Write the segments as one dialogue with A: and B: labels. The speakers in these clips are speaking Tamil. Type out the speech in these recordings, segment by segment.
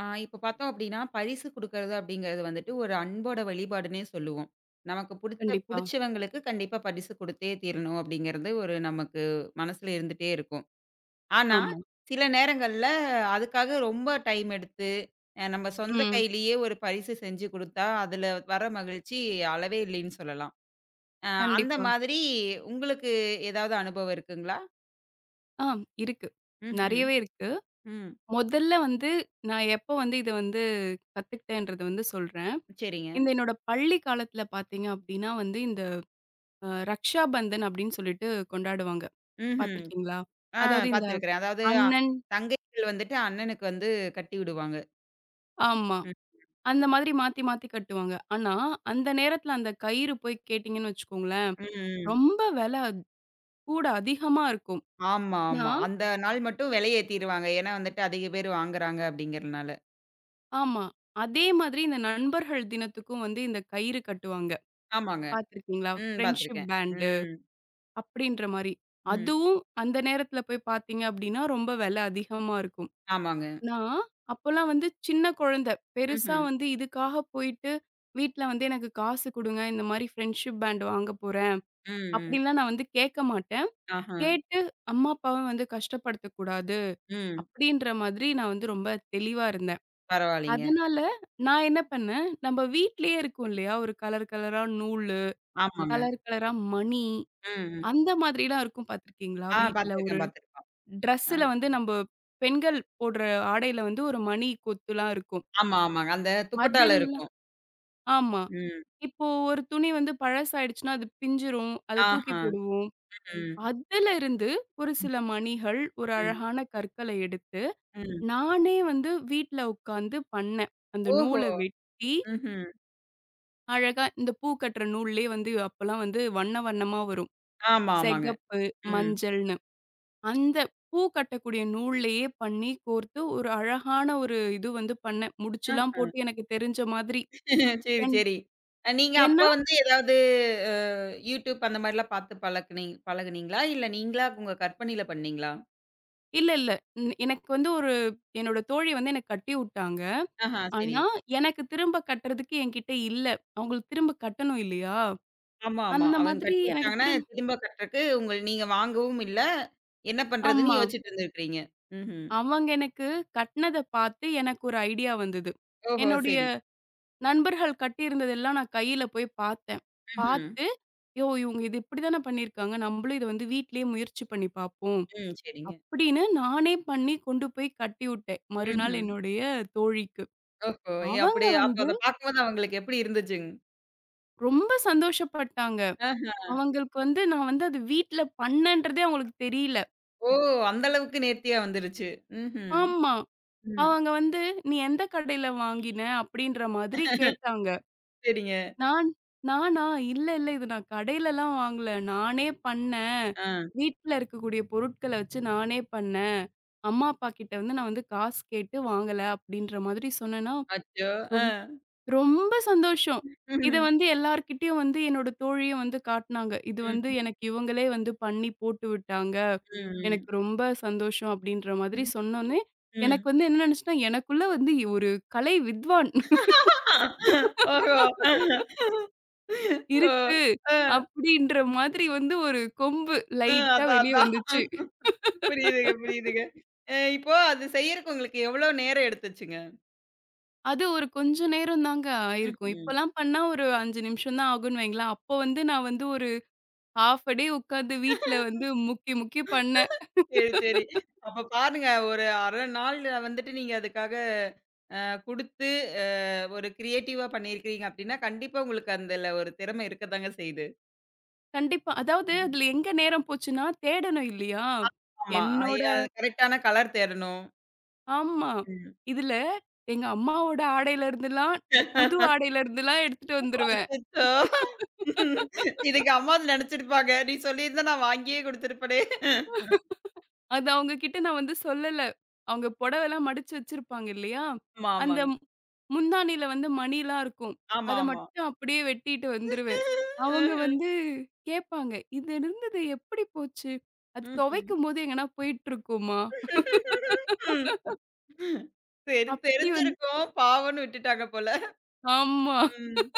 A: ஆ இப்ப பார்த்தோம் அப்படின்னா, பரிசு குடுக்குறது அப்படிங்கிறது வந்துட்டு ஒரு அன்போட வெளிப்பாடுன்னே சொல்லுவோம். நமக்கு புடித்த
B: கண்டிப்பா.
A: புடிச்சவங்களுக்கு கண்டிப்பா பரிசு குடுத்தே தீரணும் அப்படிங்கிறது ஒரு நமக்கு மனசுல இருந்துட்டே இருக்கும். ஆனா,
B: ஆமா.
A: சில நேரங்கள்ல அதுக்காக ரொம்ப டைம் எடுத்து, நம்ம சொந்த
B: ம்.
A: கையிலேயே ஒரு பரிசு செஞ்சு குடுத்தா, அதுல வர மகிழ்ச்சி அளவே இல்லைன்னு சொல்லலாம். அ அந்த
B: கண்டிப்பா.
A: மாதிரி உங்களுக்கு ஏதாவது அனுபவம் இருக்குங்களா?
B: ஆ இருக்கு.
A: ம்ஹ்ம்.
B: நெறையவே இருக்கு.
A: ம்.
B: முதல்ல வந்து நான் எப்போ வந்து இத வந்து கத்துக்கிட்டேன்றத வந்து சொல்றேன்.
A: சரிங்க.
B: இந்த என்னோட பள்ளி காலத்துல பார்த்தீங்க அப்டின்னா வந்து இந்த ரக்ஷா பந்தன் அப்டின்னு சொல்லிட்டு கொண்டாடுவாங்க.
A: ம்ஹ்ம்.
B: பார்த்துருக்கீங்களா?
A: ஆ
B: அதாவது இந்த
A: பார்த்துருக்கிறேன். அதாவது
B: அண்ணன்.
A: தங்கைகள் வந்துட்டு அண்ணனுக்கு வந்து கட்டி விடுவாங்க.
B: ஆமா.
A: ம்.
B: அந்த மாதிரி மாத்தி மாத்தி கட்டுவாங்க. ஆனா, அந்த நேரத்துல அந்த கயிறு போய் கேட்டீங்கன்னு வச்சுக்கோங்களேன்,
A: ம்.
B: ரொம்ப வெல கூட அதிகமா இருக்கும்.
A: ஆமா, ஆமா.
B: நான்
A: அந்த நாள் மட்டும் விலைய ஏத்திருவாங்க. ஏன்னா வந்துட்டு அதிக பேர் வாங்குறாங்க அப்படிங்கிறனால.
B: ஆமா. அதே மாதிரி இந்த நண்பர்கள் தினத்துக்கும் வந்து இந்த கயிறு கட்டுவாங்க.
A: ஆமாங்க.
B: பார்த்துருக்கீங்களா?
A: ம்.
B: ஃப்ரெண்ட்ஷிப்
A: பார்த்துருக்கேன்.
B: பேண்டு
A: ம்.
B: அப்படின்ற மாரி.
A: ம்.
B: அதுவும் அந்த நேரத்துல போய் பார்த்தீங்க அப்படின்னா, ரொம்ப விலை அதிகமா இருக்கும்.
A: ஆமாங்க.
B: நான் அப்போலாம் வந்து சின்ன குழந்தை. பெருசா
A: ம்ஹ்ம்.
B: வந்து இதுக்காக போயிட்டு வீட்ல வந்து எனக்கு காசு குடுங்க. இந்த மாரி ஃப்ரெண்ட்ஷிப் பேண்ட் வாங்க போறேன்.
A: ம், ம்.
B: அப்படின்லாம் நான் வந்து கேட்க மாட்டேன்.
A: ஆஹ.
B: கேட்டு அம்மா, அப்பாவும் வந்து கஷ்டப்படுத்தக்கூடாது.
A: ம்.
B: அப்படின்ற மாதிரி நான் வந்து ரொம்ப தெளிவா இருந்தேன்.
A: பரவாயில்லைங்க.
B: அதனால நான் என்ன பண்ணேன், நம்ம வீட்லயே இருக்கும் இல்லையா? ஒரு கலர் கலரா நூலு,
A: ஆமாங்க.
B: கலர் கலரா மணி,
A: ம், ம்.
B: அந்த மாதிரிலாம் இருக்கும் பார்த்துருக்கீங்களா?
A: ஆ
B: வீட்ல ஒரு
A: பார்த்துருக்கேன், பார்த்துருக்கோம். அ.
B: ட்ரெஸ்ஸுல வந்து நம்ப பெண்கள் போடுற ஆடையில வந்து ஒரு மணி கொத்துலாம் இருக்கும்.
A: ஆமா, ஆமாங்க. அந்த துப்பட்டால
B: அதெல்லாம்
A: இருக்கும்.
B: ஆமா.
A: ம்.
B: இப்போ ஒரு துணி வந்து பழசாயிடுச்சுன்னா, அது பிஞ்சிரும். அத தூக்கி
A: ஆஹ.
B: போடுவோம்.
A: ம்.
B: அதுல இருந்து ஒரு சில மணிகள், ஒரு
A: ம்.
B: அழகான கற்கள எடுத்து,
A: ம்.
B: நானே வந்து வீட்ல உட்காந்து பண்ணேன். அந்த
A: ஓஹோ!
B: நூல வெட்டி
A: ம்ஹ்ம்.
B: அழகா இந்த பூ கட்டுற நூல்லேயே வந்து அப்பலாம் வந்து வண்ண வண்ணமா வரும்.
A: ஆமா, ஆமாங்க.
B: சிகப்பு,
A: ம்.
B: மஞ்சள்னு. அந்த பூ கட்டக்கூடிய நூல்லேயே பண்ணி கோர்த்து ஒரு அழகான ஒரு இது வந்து பண்ணேன். முடிச்சுலாம்
A: ஆஹ.
B: போட்டு எனக்கு தெரிஞ்ச மாதிரி.
A: சரி,
B: என்
A: சரி. நீங்க அப்ப
B: ஏன்னா
A: வந்து ஏதாவது அ YouTube அந்த மாரிலாம் பார்த்து பழகுனீங்களா? இல்ல நீங்களா உங்க கற்பனையில பண்ணீங்களா?
B: இல்ல, இல்ல. ன் எனக்கு வந்து ஒரு என்னோட தோழி வந்து எனக்கு கட்டி உட்டாங்க.
A: ஆஹா, சரி.
B: ஆனா, எனக்கு திரும்ப கட்டுறதுக்கு என்கிட்ட இல்ல. அவங்களுக்கு திரும்ப கட்டணும் இல்லையா?
A: ஆமா, ஆமா.
B: அந்த
A: அவங்க
B: மாதிரி
A: கட்டி
B: எனக்கு
A: விட்டாங்கன்னா,
B: திரும்
A: திரும்ப கட்டுறக்கு உங்க நீங்க வாங்கவும் இல்ல. என்ன பண்றதுன்னு
B: ஆமா.
A: யோசிச்சுட்டு இருந்திருக்கிறீங்க. ம்ஹ்ம்.
B: அவங்க எனக்கு கட்னத பார்த்து எனக்கு ஒரு ஐடியா வந்தது.
A: ஓஹோ!
B: என்னுடைய
A: சரி.
B: நண்பர்கள் கட்டியிருந்ததெல்லாம் நான் கையில போய் பார்த்தேன்.
A: ம்ஹ்ம்.
B: பார்த்து, "யோ! இவுங்க இது இப்படித்தான பண்ணியிருக்காங்க. நம்மளும் இத வந்து வீட்லயே முயற்சி பண்ணி பார்ப்போம்."
A: ம். சரிங்க.
B: அப்படின்னு நானே பண்ணி கொண்டு போய் கட்டிவுட்டேன். மறுநாள்
A: ம்ஹ்ம்.
B: என்னுடைய தோழிக்கு.
A: ஓஹோ! எ
B: அவங்க
A: அப்படி அப்ப
B: வந்து
A: அத பார்க்கும்போது அவங்களுக்கு எப்படி இருந்துச்சுங்க?
B: ரொம்ப சந்தோஷப்பட்டாங்க.
A: ஆஹ.
B: அவங்களுக்கு வந்து நான் வந்து அது வீட்ல பண்ணேன்றதே அவங்களுக்கு தெரியல.
A: ஓ! அந்த அளவுக்கு நேர்த்தியா வந்துருச்சு. ம்ஹ்ம்.
B: ஆமா.
A: ம்.
B: அவங்க வந்து, "நீ எந்த கடையில வாங்கின?" அப்படின்ற மாதிரி கேட்டாங்க.
A: சரிங்க.
B: நான் நானா? இல்ல, இல்ல. இது நான் கடையிலலாம் வாங்கல. நானே பண்ணேன்.
A: ஆ.
B: வீட்ல இருக்கக்கூடிய பொருட்கள வச்சு நானே பண்ணேன். அம்மா, அப்பா கிட்ட வந்து நான் வந்து காசு கேட்டு வாங்கல அப்படின்ற மாதிரி சொன்னேன்னா,
A: அச்சோ! ஆ.
B: ரொம் ரொம்ப சந்தோஷம். இத
A: ம்ஹ்ம்.
B: வந்து எல்லார்கிட்டயும் வந்து என்னோட தோழியும் வந்து காட்டுனாங்க. இது வந்து
A: ம்ஹ்ம்.
B: எனக்கு இவங்களே வந்து பண்ணி போட்டு விட்டாங்க.
A: ம்,
B: எனக்கு ரொம்ப சந்தோஷம் அப்படின்ற மாதிரி
A: ம்.
B: சொன்னோனே,
A: ம்.
B: எனக்கு வந்து என்ன நினைச்சுட்டா, எனக்குள்ள வந்து ஒரு கலை வித்வான்
A: ஓஹோ! ஓ!
B: இருக்கு.
A: அ,
B: அப்படின்ற மாதிரி வந்து ஒரு கொம்பு
A: அ,
B: லைட்டா
A: அதான்,
B: வெளிய
A: அதான்.
B: வந்துச்சு.
A: புரியுதுங்க, புரியுதுங்க. இப்போ அது செய்யறக்கு உங்களுக்கு எவ்வளோ நேரம் எடுத்துச்சுங்க?
B: அது ஒரு கொஞ்ச நேரம் தாங்க ஆயிருக்கும்.
A: ம்ஹ்ம்.
B: இப்பலாம் பண்ணா ஒரு 5 நிமிஷம் தான் ஆகும்ன்னு வைங்களேன். அப்போ வந்து நான் வந்து ஒரு 1/2 டே உட்கார்ந்து வீட்ல வந்து முக்கி முக்கி பண்ணேன்.
A: சரி, சரி. அப்ப பாருங்க ஒரு 1/2 நாள்ல வந்துட்டு நீங்க அதுக்காக குடுத்து, அ ஒரு கிரியேட்டிவா பண்ணியிருக்கிறீங்க அப்டின்னா, கண்டிப்பா உங்களுக்கு அதுல ஒரு திறமை இருக்கத்தாங்க செய்யுது.
B: கண்டிப்பா. அதாவது
A: ம்.
B: அதுல எங்க நேரம் போச்சுன்னா, தேடணும் இல்லையா?
A: ஆமா.
B: என்னோட
A: அது கரெக்ட்டான கலர் தேடணும்.
B: ஆமா. இதுல எங்க அம்மாவோட ஆடையில இருந்துலாம், புது
A: ம்.
B: ஆடையில இருந்துலாம் எடுத்துட்டு வந்துருவேன்.
A: அச்சச்சோ! இதுக்கு அம்மாவது நெனச்சிருப்பாங்க. நீ சொல்லியிருந்தா நான் வாங்கியே குடுத்துருப்பனே!
B: அது அவங்க கிட்ட நான் வந்து சொல்லல. அவங்க புடவைலாம் மடிச்சு வச்சிருப்பாங்க இல்லையா?
A: ஆமா,
B: அந்த
A: ஆமாங்க.
B: மு- முந்தாணியில வந்து மணிலாம் இருக்கும்.
A: ஆமா,
B: அத
A: ஆமா.
B: மட்டும் அப்படியே வெட்டிட்டு வந்துருவேன். அவங்க வந்து கேட்பாங்க, "இது இருந்தது எப்படி போச்சு? அது
A: ம்ஹ்ம்.
B: துவைக்கும்போது எங்கனா போயிட்டுருக்குமா?"
A: ம்.
B: அப்படி வந்து
A: தெரிஞ்சிருக்கும். பாவம்ன்னு விட்டுட்டாங்க போல.
B: ஆமா.
A: ம்.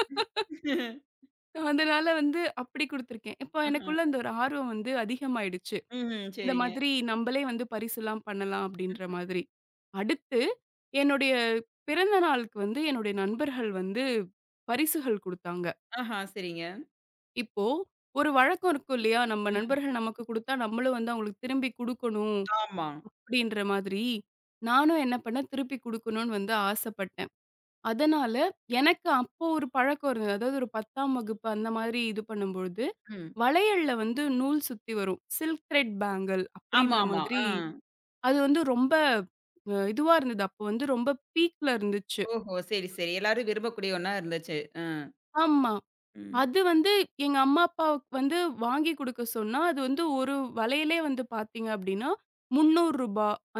B: அதனால வந்து அப்படி குடுத்துருக்கேன். இப்போ
A: ஆஹா.
B: எனக்குள்ள அந்த ஒரு ஆர்வம் வந்து அதிகமாயிடுச்சு.
A: ம்ஹ்ம்.
B: இந்த
A: சரிங்க.
B: மாதிரி நம்பளே வந்து பரிசுலாம் பண்ணலாம் அப்படின்ற மாதிரி. அடுத்து என்னுடைய பிறந்த நாளுக்கு வந்து என்னுடைய நண்பர்கள் வந்து பரிசுகள் குடுத்தாங்க.
A: ஆஹா, சரிங்க.
B: இப்போ ஒரு வழக்கம் இருக்கும் இல்லையா? நம்ம
A: ம்.
B: நண்பர்கள் நமக்கு குடுத்தா நம்மளும் வந்து அவங்களுக்கு திரும்பி குடுக்கணும்
A: ஆமா.
B: அப்படின்ற மாதிரி, நானும் என்ன பண்ணேன் திருப்பி குடுக்கணும்னு வந்து ஆசைப்பட்டேன். அதனால எனக்கு அப்போ ஒரு பழக்கம் இருந்தது. அதாவது ஒரு 10ஆம் வகுப்பு அந்த மாதிரி இது பண்ணும்பொழுது,
A: ம்.
B: வளையல்ல வந்து நூல் சுத்தி வரும். சில்க் த்ரெட் பேங்கிள்
A: ஆமா,
B: அப்படின்ற
A: ஆமா.
B: மாதிரி
A: ஆ.
B: அது வந்து ரொம்ப இதுவா இருந்தது. அப்போ வந்து ரொம்ப பீக்ல இருந்துச்சு.
A: ஓஹோ! சரி, சரி. எல்லாரும் விரும்பக்கூடிய ஒண்ணா இருந்துச்சு. அ.
B: ஆமா.
A: ம்.
B: அது வந்து எங்க அம்மா, அப்பாவுக்கு வந்து வாங்கி குடுக்க சொன்னா, அது வந்து ஒரு வளையலே வந்து பார்த்தீங்க அப்படின்னா, ரூ. 300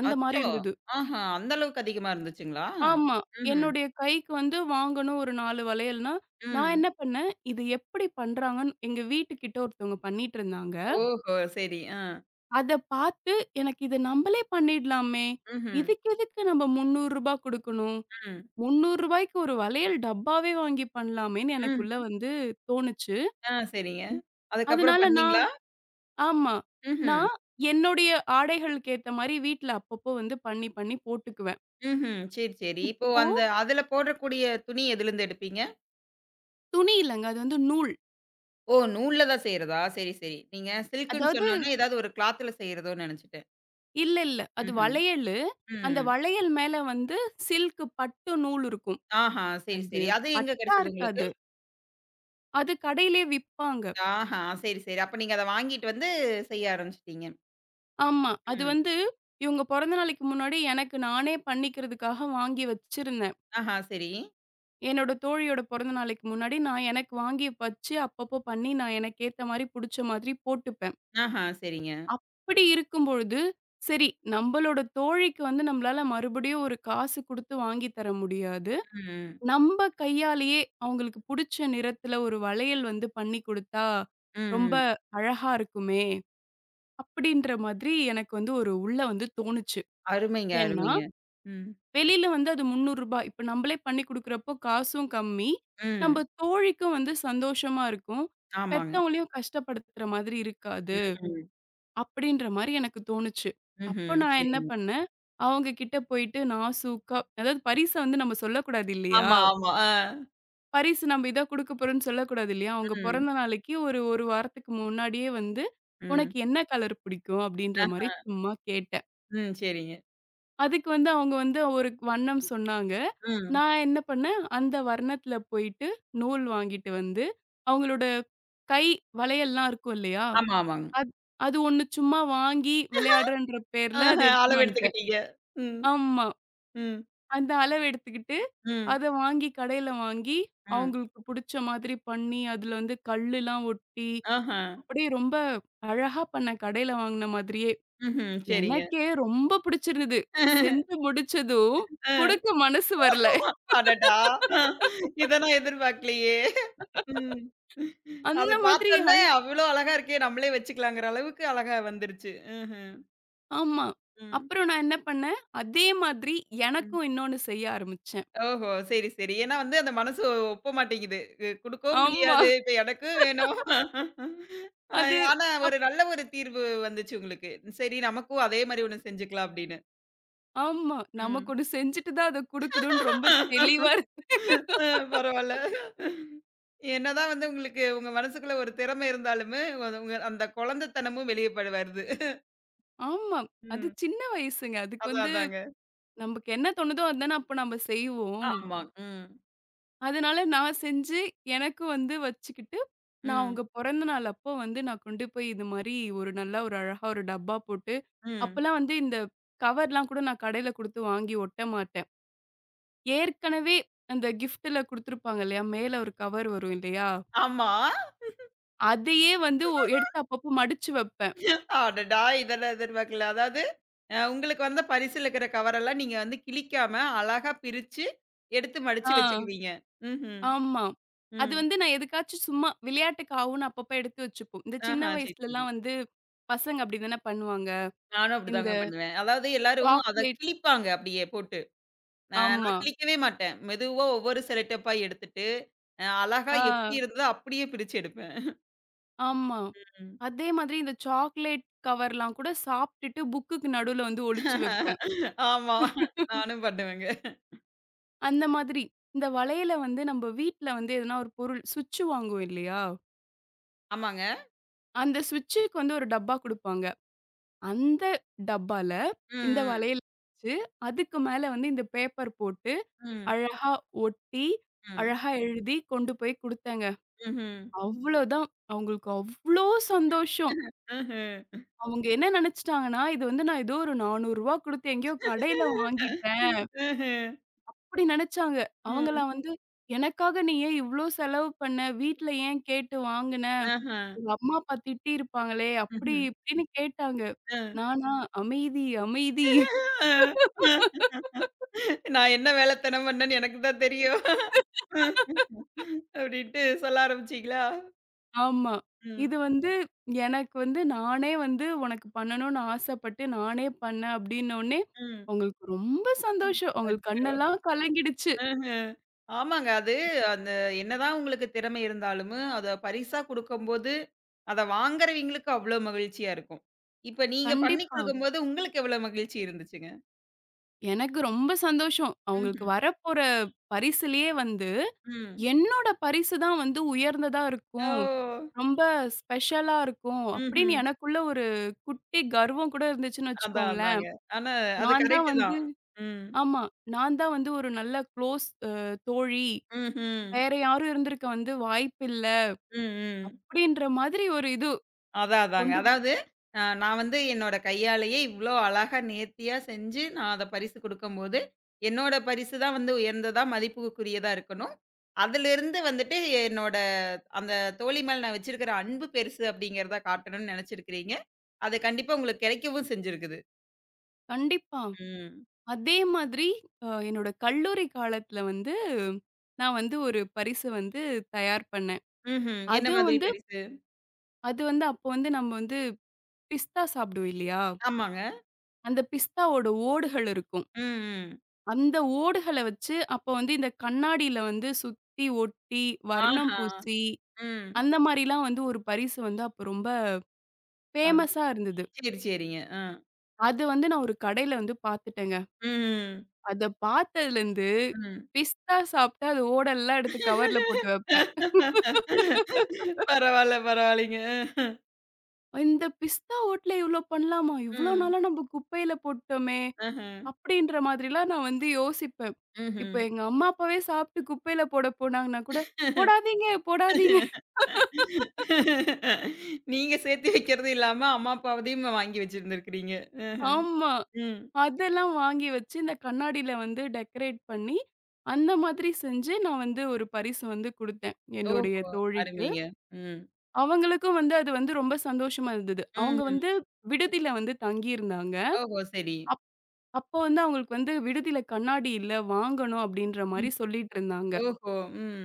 B: அந்த மாரி
A: அச்சோ!
B: இருந்தது.
A: ஆஹா, அந்த அளவுக்கு அதிகமா இருந்துச்சுங்களா?
B: ஆமா.
A: ம்ஹ்ம்.
B: என்னுடைய கைக்கு வந்து வாங்கணும் ஒரு 4 வளையல்னா, நான்
A: ம்.
B: என்ன பண்ணேன், இது எப்படி பண்றாங்கன்னு எங்க வீட்டுக்கிட்ட ஒருத்தவங்க பண்ணிட்டு இருந்தாங்க.
A: ஓஹோ! சரி. ஆ.
B: அத பார்த்து, எனக்கு இத நம்பளே பண்ணிடலாமே!
A: ம்ஹ்ம்.
B: இதுக்கு எதுக்கு நம்ம ரூ. 300 குடுக்கணும்? ரூ.
A: ம்.
B: 300க்கு ஒரு வளையல் டப்பாவே வாங்கி பண்ணலாமேன்னு
A: ம்.
B: எனக்குள்ள வந்து தோணுச்சு.
A: ஆ சரிங்க. அதுக்கப்புறம்
B: அதனால நான்
A: பண்ணீங்களா?
B: ஆமா.
A: ம்ஹ்ம்.
B: நான் என்னுடைய ஆடைகளுக்கு ஏத்த மாரி வீட்ல அப்பப்போ வந்து பண்ணி, பண்ணி போட்டுக்குவேன்.
A: ம்ஹ்ம். சரி, சரி. இப்போ
B: இப்போ
A: அந்த அதுல போடக்கூடிய துணி எதுலருந்து எடுப்பீங்க?
B: துணி இல்லங்க. அது வந்து நூல்.
A: ஓ! நூல்ல தான் செய்றதா? சரி, சரி. நீங்க சில்க்குன்னு
B: அதாவது
A: சொன்னோனே, ஏதாவது ஒரு கிளாத்ல செய்றதோன்னு நெனச்சுட்டேன்.
B: இல்ல, இல்ல. அது
A: ம்ஹ்ம்.
B: வளையலு. அந்த
A: ம்.
B: வளையல் மேல வந்து சில்க் பட்டு நூல் இருக்கும்.
A: ஆஹா! சரி,
B: அது
A: சரி. அது எங்க
B: பட்டா
A: கெடைச்சது உங்களுக்கு?
B: இருக்காது. அது கடையிலயே விப்பாங்க.
A: ஆஹா! சரி, சரி. அப்ப நீங்க அத வாங்கிட்டு வந்து செய்ய ஆரம்பிச்சுட்டீங்க.
B: ஆமா. அது
A: ம்.
B: வந்து இவங்க பொறந்த நாளைக்கு முன்னாடி எனக்கு நானே பண்ணிக்கிறதுக்காக வாங்கி வச்சிருந்தேன்.
A: ஆஹா! சரி.
B: என்னோட தோழியோட பிறந்த நாளைக்கு முன்னாடி நான் எனக்கு வாங்கி வச்சு, அப்பப்போ பண்ணி நான் எனக்கு ஏத்த மாரி புடிச்ச மாதிரி போட்டுப்பேன்.
A: ஆஹா! சரிங்க.
B: அப்படி இருக்கும் பொழுது, சரி நம்பளோட தோழிக்கு வந்து நம்மளால மறுபடியும் ஒரு காசு குடுத்து வாங்கி தர முடியாது.
A: ம்.
B: நம்ப கையாலேயே அவங்களுக்கு புடிச்ச நிறத்துல ஒரு வளையல் வந்து பண்ணி குடுத்தா, ரொம்ப
A: ம். ம்.
B: அழகா இருக்குமே! அப்படின்ற மாதிரி எனக்கு வந்து ஒரு உள்ள வந்து தோணுச்சு.
A: அருமைங்க,
B: ஏன்னா
A: அருமைங்க. ம்.
B: வெளியில வந்து அது ரூ. 300 இப்ப நம்மளே பண்ணி குடுக்குறப்போ காசும் கம்மி.
A: ம்.
B: நம்ம தோழிக்கும் வந்து சந்தோஷமா இருக்கும்.
A: ஆமாங்க.
B: பெத்தவங்களையும் கஷ்டப்படுத்துற மாதிரி இருக்காது.
A: ம்.
B: அப்படின்ற மாரி எனக்கு தோணுச்சு. அப்போ
A: ம்ஹ்ம்.
B: நான் என்ன
A: சரிங்க.
B: பண்ணேன், அவங்க கிட்ட போயிட்டு நாசூக்கா அதாவது பரிச வந்து நம்ம சொல்லக்கூடாது இல்லையா?
A: ஆமா, ஆமா. ஆ.
B: பரிசு நம்ம இத குடுக்க போறோம்ன்னு சொல்லக்கூடாது இல்லையா? அவங்க
A: ம்.
B: பொறந்த நாளைக்கு ஒரு 1 வாரத்துக்கு முன்னாடியே வந்து,
A: ம்.
B: "உனக்கு என்ன கலர் பிடிக்கும்?" அப்படின்ற மாரி
A: ஆஹா.
B: சும்மா கேட்டேன்.
A: ம். சரிங்க.
B: அதுக்கு வந்து அவங்க வந்து ஒரு வண்ணம் சொன்னாங்க.
A: ம்.
B: நான் என்ன பண்ணேன், அந்த வர்ணத்தில போயிட்டு நூல் வாங்கிட்டு வந்து, அவங்களோட கை வளையல்லாம் இருக்கும் இல்லையா?
A: ஆமா, ஆமாங்க.
B: அத் அது ஒண்ணு சும்மா வாங்கி விளையாடுறேன்ற பேர்ல அத
A: ஆஹா.
B: எடுத்துன்னு
A: அளவு
B: வந்துட்டேன்.
A: எடுத்துக்கிட்டீங்க. ம்.
B: ஆமா.
A: ம்.
B: அந்த அளவு எடுத்துக்கிட்டு,
A: ம்.
B: அத வாங்கி கடையில வாங்கி,
A: ம்.
B: அவங்களுக்கு புடிச்ச மாதிரி பண்ணி, அதுல வந்து கல்லுலாம் ஒட்டி,
A: ஆஹா.
B: அப்படியே ரொம்ப அழகா பண்ணேன் கடையில வாங்குன மாதிரியே.
A: ம்ஹ்ம். சரிங்க.
B: எனக்கே ரொம்ப பிடிச்சிருந்தது. செஞ்சு முடிச்சதும்,
A: ஆ.
B: குடுக்க மனசு வரல.
A: அடடா! ஆ. இத நான் எதிர்பார்க்கலையே! ம். அத
B: அந்த மாதிரி
A: பார்த்தோன்னே,
B: அழகா
A: அவ்ளோ அழகா இருக்கே! நம்மளே வச்சுக்கலாங்கிற அளவுக்கு அழகா வந்துருச்சு. ம்ஹ்ம்.
B: ஆமா.
A: ம்.
B: அப்புறம் நான் என்ன பண்ணேன், அதே மாதிரி
A: ம்.
B: எனக்கும் இன்னொன்னு செய்ய ஆரம்பிச்சேன்.
A: ஓஹோ! சரி, சரி. ஏன்னா வந்து அந்த மனசு ஒப்ப மாட்டேங்குது. குடுக்கவும்
B: ஆமா.
A: முடியாது. இப்ப எனக்கும் வேணும். அ
B: அது
A: ஆனா ஒரு
B: அப்
A: நல்ல ஒரு தீர்வு வந்துச்சு உங்களுக்கு. சரி நமக்கும் அதே மாரி ஒண்ணு செஞ்சுக்கலாம் அப்படின்னு.
B: ஆமா. நமக்கு
A: ம்.
B: ஒண்ணு செஞ்சுட்டு தான் அத குடுக்கணும்னு ரொம்ப தெளிவா இருந்தேன்.
A: அ பரவால்ல. என்னதான் வந்து உங்களுக்கு உங்க மனசுக்குள்ள ஒரு திறமை இருந்தாலுமே, அது உங்க அந்த குழந்தைத்தனமும் வெளிய படு வருது.
B: ஆமா. அது
A: ம்.
B: சின்ன வயசுங்க. அதுக்கு
A: அதான்
B: வந்து
A: அதாங்க.
B: நமக்கு என்ன தோணுதோ அதுதானே அப்ப நம்ம செய்வோம்.
A: ஆமா. ம்.
B: அதனால நான் செஞ்சு, எனக்கு வந்து வச்சுக்கிட்டு, நான்
A: ம்.
B: அவங்க பொறந்த நாள் அப்போ வந்து நான் கொண்டு போய் இது மாரி ஒரு நல்லா ஒரு அழகா ஒரு டப்பா போட்டு,
A: ம்.
B: அப்பலாம் வந்து இந்த கவர்லாம் கூட நான் கடையில குடுத்து வாங்கி ஒட்ட மாட்டேன். ஏற்கனவே அந்த கிஃப்ட்ல குடுத்துருப்பாங்க இல்லையா? மேல ஒரு கவர் வரும் இல்லையா?
A: ஆமா.
B: அதையே வந்து எடுத்து அப்பப்போ மடிச்சு வைப்பேன்.
A: அடடா! இதெல்லாம் எதிர்பார்க்கல. அதாவது உங்களுக்கு வந்த பரிசில இருக்கிற கவரெல்லாம் நீங்க வந்து கிழிக்காம, அழகா பிரிச்சு, எடுத்து மடிச்சு
B: ஆ,
A: வச்சுக்குவீங்க. ம்ஹ்ம்.
B: ஆமா. அது
A: ம்.
B: வந்து நான் எதுக்காச்சும் சும்மா விளையாட்டுக்கு ஆவும்ன்னு அப்பப்போ எடுத்து வச்சுப்போம். இந்த சின்ன
A: ஆஹா, சரி, சரி.
B: வயசுலலாம் வந்து பசங்க அப்டி தானே பண்ணுவாங்க.
A: நானும்
B: இந்த
A: அப்படிதாங்க பண்ணுவேன். அதாவது எல்லாரும் அத
B: சாக்லேட்
A: கிழிப்பாங்க அப்படியே போட்டு.
B: ஆமா.
A: நான் கிழிக்கவே மாட்டேன். மெதுவா ஒவ்வொரு செலோடேப்பா எடுத்துட்டு, அழகா எப்படி
B: ஆ.
A: இருந்ததோ அப்படியே பிரிச்சு எடுப்பேன்.
B: ஆமா.
A: ம்.
B: அதே மாதிரி இந்த சாக்லேட் கவர்லாம் கூட சாப்ட்டுட்டு புக்குக்கு நடுவுல வந்து ஒளிச்சு வைப்பேன்.
A: ஆமா. நானும் பண்ணுவேங்க.
B: அந்த மாதிரி. இந்த வளையல வந்து நம்ம வீட்ல வந்து எதனா ஒரு பொருள் சுவிட்ச் வாங்குவோம் இல்லையா?
A: ஆமாங்க.
B: அந்த சுவிட்சுக்கு வந்து ஒரு டப்பா குடுப்பாங்க. அந்த டப்பால
A: ம்,
B: இந்த
A: ம்.
B: வளையல் வச்சு, அதுக்கு மேல வந்து இந்த பேப்பர் போட்டு
A: ம்,
B: அழகா ஒட்டி,
A: ம்.
B: அழகா எழுதி கொண்டு போய் குடுத்தேங்க.
A: ம்ஹ்ம்.
B: அவ்வளோதான். அவங்களுக்கு அவ்ளோ சந்தோஷம்.
A: ம்ஹ்ம்.
B: அவங்க என்ன நெனச்சுட்டாங்கன்னா, இது வந்து நான் ஏதோ ஒரு ரூ. 400 குடுத்து எங்கேயோ கடையில வாங்கிட்டேன்.
A: ம்ஹ்ம்.
B: அப்படி நெனச்சாங்க.
A: ம்ஹ்ம். ம்.
B: அவங்கலாம் வந்து, "எனக்காக நீ ஏன் இவ்ளோ செலவு பண்ண? வீட்ல ஏன் கேட்டு வாங்குன?
A: ஆஹ.
B: உங்க அம்மா, அப்பா திட்டியிருப்பாங்களே!" அப்படி
A: ம்ஹ்ம்.
B: இப்படின்னு கேட்டாங்க.
A: அ.
B: நானா, "அமைதி, அமைதி."
A: அ. அ, நான் என்ன வேலைத்தனம் பண்ணேன்னு எனக்கு தான் தெரியும். அப்டின்ட்டு சொல்ல ஆரம்பிச்சீங்களா?
B: ஆமா.
A: ம்.
B: இது வந்து எனக்கு வந்து நானே வந்து உனக்கு பண்ணணும்னு ஆசைப்பட்டு நானே பண்ணேன் அப்படின்னோனே,
A: ம்.
B: அவங்களுக்கு ரொம்ப சந்தோஷம்.
A: அது
B: அவங்களுக்கு கண்ணெல்லாம் கலங்கிடுச்சு.
A: ம்ஹ்ம். ஆமாங்க. அது அந்த என்னதான் உங்களுக்கு திறமை இருந்தாலும், அத பரிசா குடுக்கும்போது, அத வாங்குறவங்களுக்கு அவ்ளோ மகிழ்ச்சியா இருக்கும். இப்ப நீங்க பண்ணி
B: கண்டிப்பா.
A: குடுக்கும்போது உங்களுக்கு எவ்ளோ மகிழ்ச்சி இருந்துச்சுங்க?
B: எனக்கு ரொம்ப சந்தோஷம். அவங்களுக்கு
A: ம்ஹ்ம்.
B: வரப்போற பரிசுலயே வந்து
A: ம்.
B: என்னோட பரிசு தான் வந்து உயர்ந்ததா இருக்கும்.
A: ஓ!
B: ரொம்ப ஸ்பெஷலா இருக்கும். அப்படின்னு
A: ம்ஹ்ம்.
B: எனக்குள்ள ஒரு குட்டி கர்வம் கூட இருந்துச்சுன்னு
A: அதான்
B: வச்சுக்கோங்களேன்.
A: அதாங்க. ஆனா அது
B: நான் தான்
A: கரெக்ட்டு
B: வந்து
A: தான். ம்.
B: ஆமா. நான் தான் வந்து ஒரு நல்ல குளோஸ் தோழி.
A: ம்ஹ்ம்.
B: வேற யாரும் இருந்திருக்க வந்து வாய்ப்பில்ல.
A: ம். ம்.
B: அப்படின்ற மாதிரி ஒரு இது
A: அதான் அதாங்க.
B: கொண்டு
A: அதாவது நான் வந்து என்னோட கையாலேயே இவ்ளோ அழகா நேர்த்தியா செஞ்சு, நான் அத பரிசு குடுக்கும்போது, என்னோட பரிசு தான் வந்து உயர்ந்ததா, மதிப்புக்குரியதா இருக்கணும். அதிலிருந்து வந்துட்டு என்னோட அந்த தோழி மேல நான் வச்சிருக்கிற அன்பு பெருசு அப்படிங்கிறத காட்டணும்னு நெனச்சிருக்கிறீங்க. அது கண்டிப்பா உங்களுக்கு கெடைக்கவும் செஞ்சிருக்குது.
B: கண்டிப்பா.
A: ம்.
B: அதே மாதிரி என்னோட கல்லூரி காலத்துல வந்து நான் வந்து ஒரு பரிசு வந்து தயார் பண்ணேன்.
A: ம்ஹ்ம். என்ன
B: அதுவும்
A: மாதிரி
B: வந்து
A: பரிசு?
B: அது வந்து அப்போ வந்து நம்ம வந்து பிஸ்தா சாப்பிடுவோம் இல்லையா?
A: ஆமாங்க.
B: அந்த பிஸ்தாவோட ஓடுகள் இருக்கும்.
A: ம், ம்.
B: அந்த ஓடுகள வச்சு அப்ப வந்து இந்த கண்ணாடியில வந்து சுத்தி ஒட்டி, வர்ணம்
A: ஆஹா!
B: பூசி,
A: ம்.
B: அந்த மாரிலாம் வந்து ஒரு பரிசு வந்து அப்ப ரொம்ப
A: அம்.
B: ஃபேமஸா இருந்தது.
A: சரி, சரிங்க. அ.
B: அது வந்து நான் ஒரு கடையில வந்து பாத்துட்டேங்க.
A: ம்,
B: அத பாத்ததுலருந்து
A: ம்.
B: பிஸ்தா சாப்ட்டா அது ஓடெல்லாம் எடுத்து கவர்ல போட்டு வைப்பேன்.
A: பரவால்ல, பரவால்லைங்க.
B: இந்த பிஸ்தா ஓட்டுல இவ்ளோ பண்ணலாமா? இவ்ளோ
A: ம்.
B: நாளா நம்ம குப்பையில போட்டோமே!
A: ஆஹா.
B: அப்படின்ற மாதிரிலாம் நான் வந்து யோசிப்பேன். இப்ப
A: ம்ஹ்ம்.
B: எங்க அம்மா, அப்பாவே சாப்பிட்டு குப்பையில போட போனாங்கன்னா கூட, "போடாதீங்க, போடாதீங்க."
A: நீங்க சேர்த்து வைக்கிறது இல்லாம, அம்மா அப்பாவதையும் வாங்கி வச்சிருந்திருக்கிறீங்க. ம்ஹ்ம்.
B: ஆமா.
A: ம்.
B: அதெல்லாம் வாங்கி வச்சு, இந்த கண்ணாடில வந்து டெக்கரேட் பண்ணி, அந்த மாதிரி செஞ்சு நான் வந்து ஒரு பரிசு வந்து குடுத்தேன்,
A: ஓஹோ!
B: என்னுடைய தோழிக்கு.
A: அருமைங்க. ம்.
B: அவங்களுக்கும் வந்து அது வந்து ரொம்ப சந்தோஷமா இருந்தது. அவங்க
A: ம்ஹ்ம்.
B: வந்து விடுதியில வந்து தங்கியிருந்தாங்க.
A: ஓஹோ! சரி.
B: அப் அப்போ வந்து அவங்களுக்கு வந்து விடுதியில கண்ணாடி இல்ல, வாங்கணும் அப்படின்ற மாரி
A: ம்.
B: சொல்லிட்டு இருந்தாங்க.
A: ஓஹோ! ம்.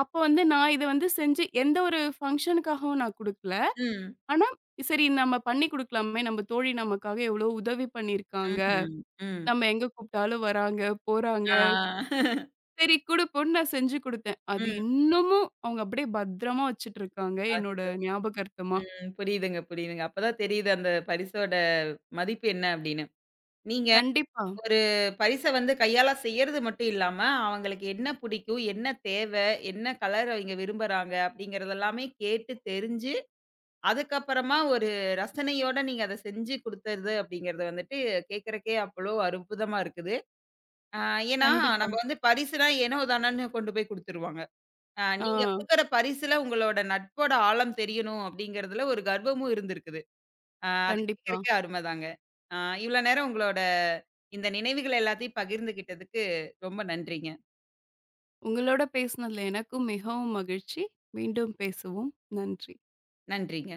B: அப்போ வந்து நான் இத வந்து செஞ்சு எந்த ஒரு ஃபங்ஷனுக்காகவும் நான் குடுக்கல.
A: ம்.
B: ஆனா, சரி நம்ம பண்ணி குடுக்கலாமே! நம்ம தோழி நமக்காக எவ்வளோ உதவி பண்ணியிருக்காங்க.
A: ம்ஹ்ம். ம்.
B: நம்ம எங்க கூப்பிட்டாலும் வராங்க, போறாங்க.
A: ஆ.
B: சரி குடுப்போம்ன்னு நான் செஞ்சு குடுத்தேன். அது
A: ம்.
B: இன்னமும் அவங்க அப்படியே பத்திரமா வச்சுட்டு இருக்காங்க,
A: அ
B: என்னோட ஞாபகார்த்தமா.
A: ம். புரியுதுங்க, புரியுதுங்க. அப்பதான் தெரியுது அந்த பரிசோட மதிப்பு என்ன அப்படின்னு. நீங்க
B: கண்டிப்பா,
A: ஒரு பரிச வந்து கையால செய்யறது மட்டும் இல்லாம, அவங்களுக்கு என்ன பிடிக்கும்? என்ன தேவை? என்ன கலர் அவிங்க விரும்புறாங்க? அப்படிங்கிறது எல்லாமே கேட்டு தெரிஞ்சு, அதுக்கப்புறமா ஒரு ரசனையோட நீங்க அத செஞ்சு குடுத்தது அப்படிங்கிறது வந்துட்டு கேட்கறக்கே அவ்வளோ அற்புதமா இருக்குது. அ ஏன்னா ம்.
B: கண்டிப்பா.
A: நம்ம வந்து பரிசுனா ஏனோ தானோன்னு கொண்டு போய் குடுத்துருவாங்க.
B: ஆ
A: நீங்க குடுக்குற பரிசுல உங்களோட நட்போட ஆழம் தெரியணும் அப்படிங்கிறதுல ஒரு கர்வமும் இருந்திருக்குது. ஆ அது
B: கண்டிப்பா.
A: கேட்கறக்கே அருமைதாங்க. ஆ இவ்வளோ நேரம் உங்களோட இந்த நினைவுகள் எல்லாத்தையும் பகிர்ந்துகிட்டதுக்கு ரொம்ப நன்றிங்க.
B: உங்களோட பேசினதுல எனக்கும் மிகவும் மகிழ்ச்சி. மீண்டும் பேசுவோம். நன்றி.
A: நன்றிங்க.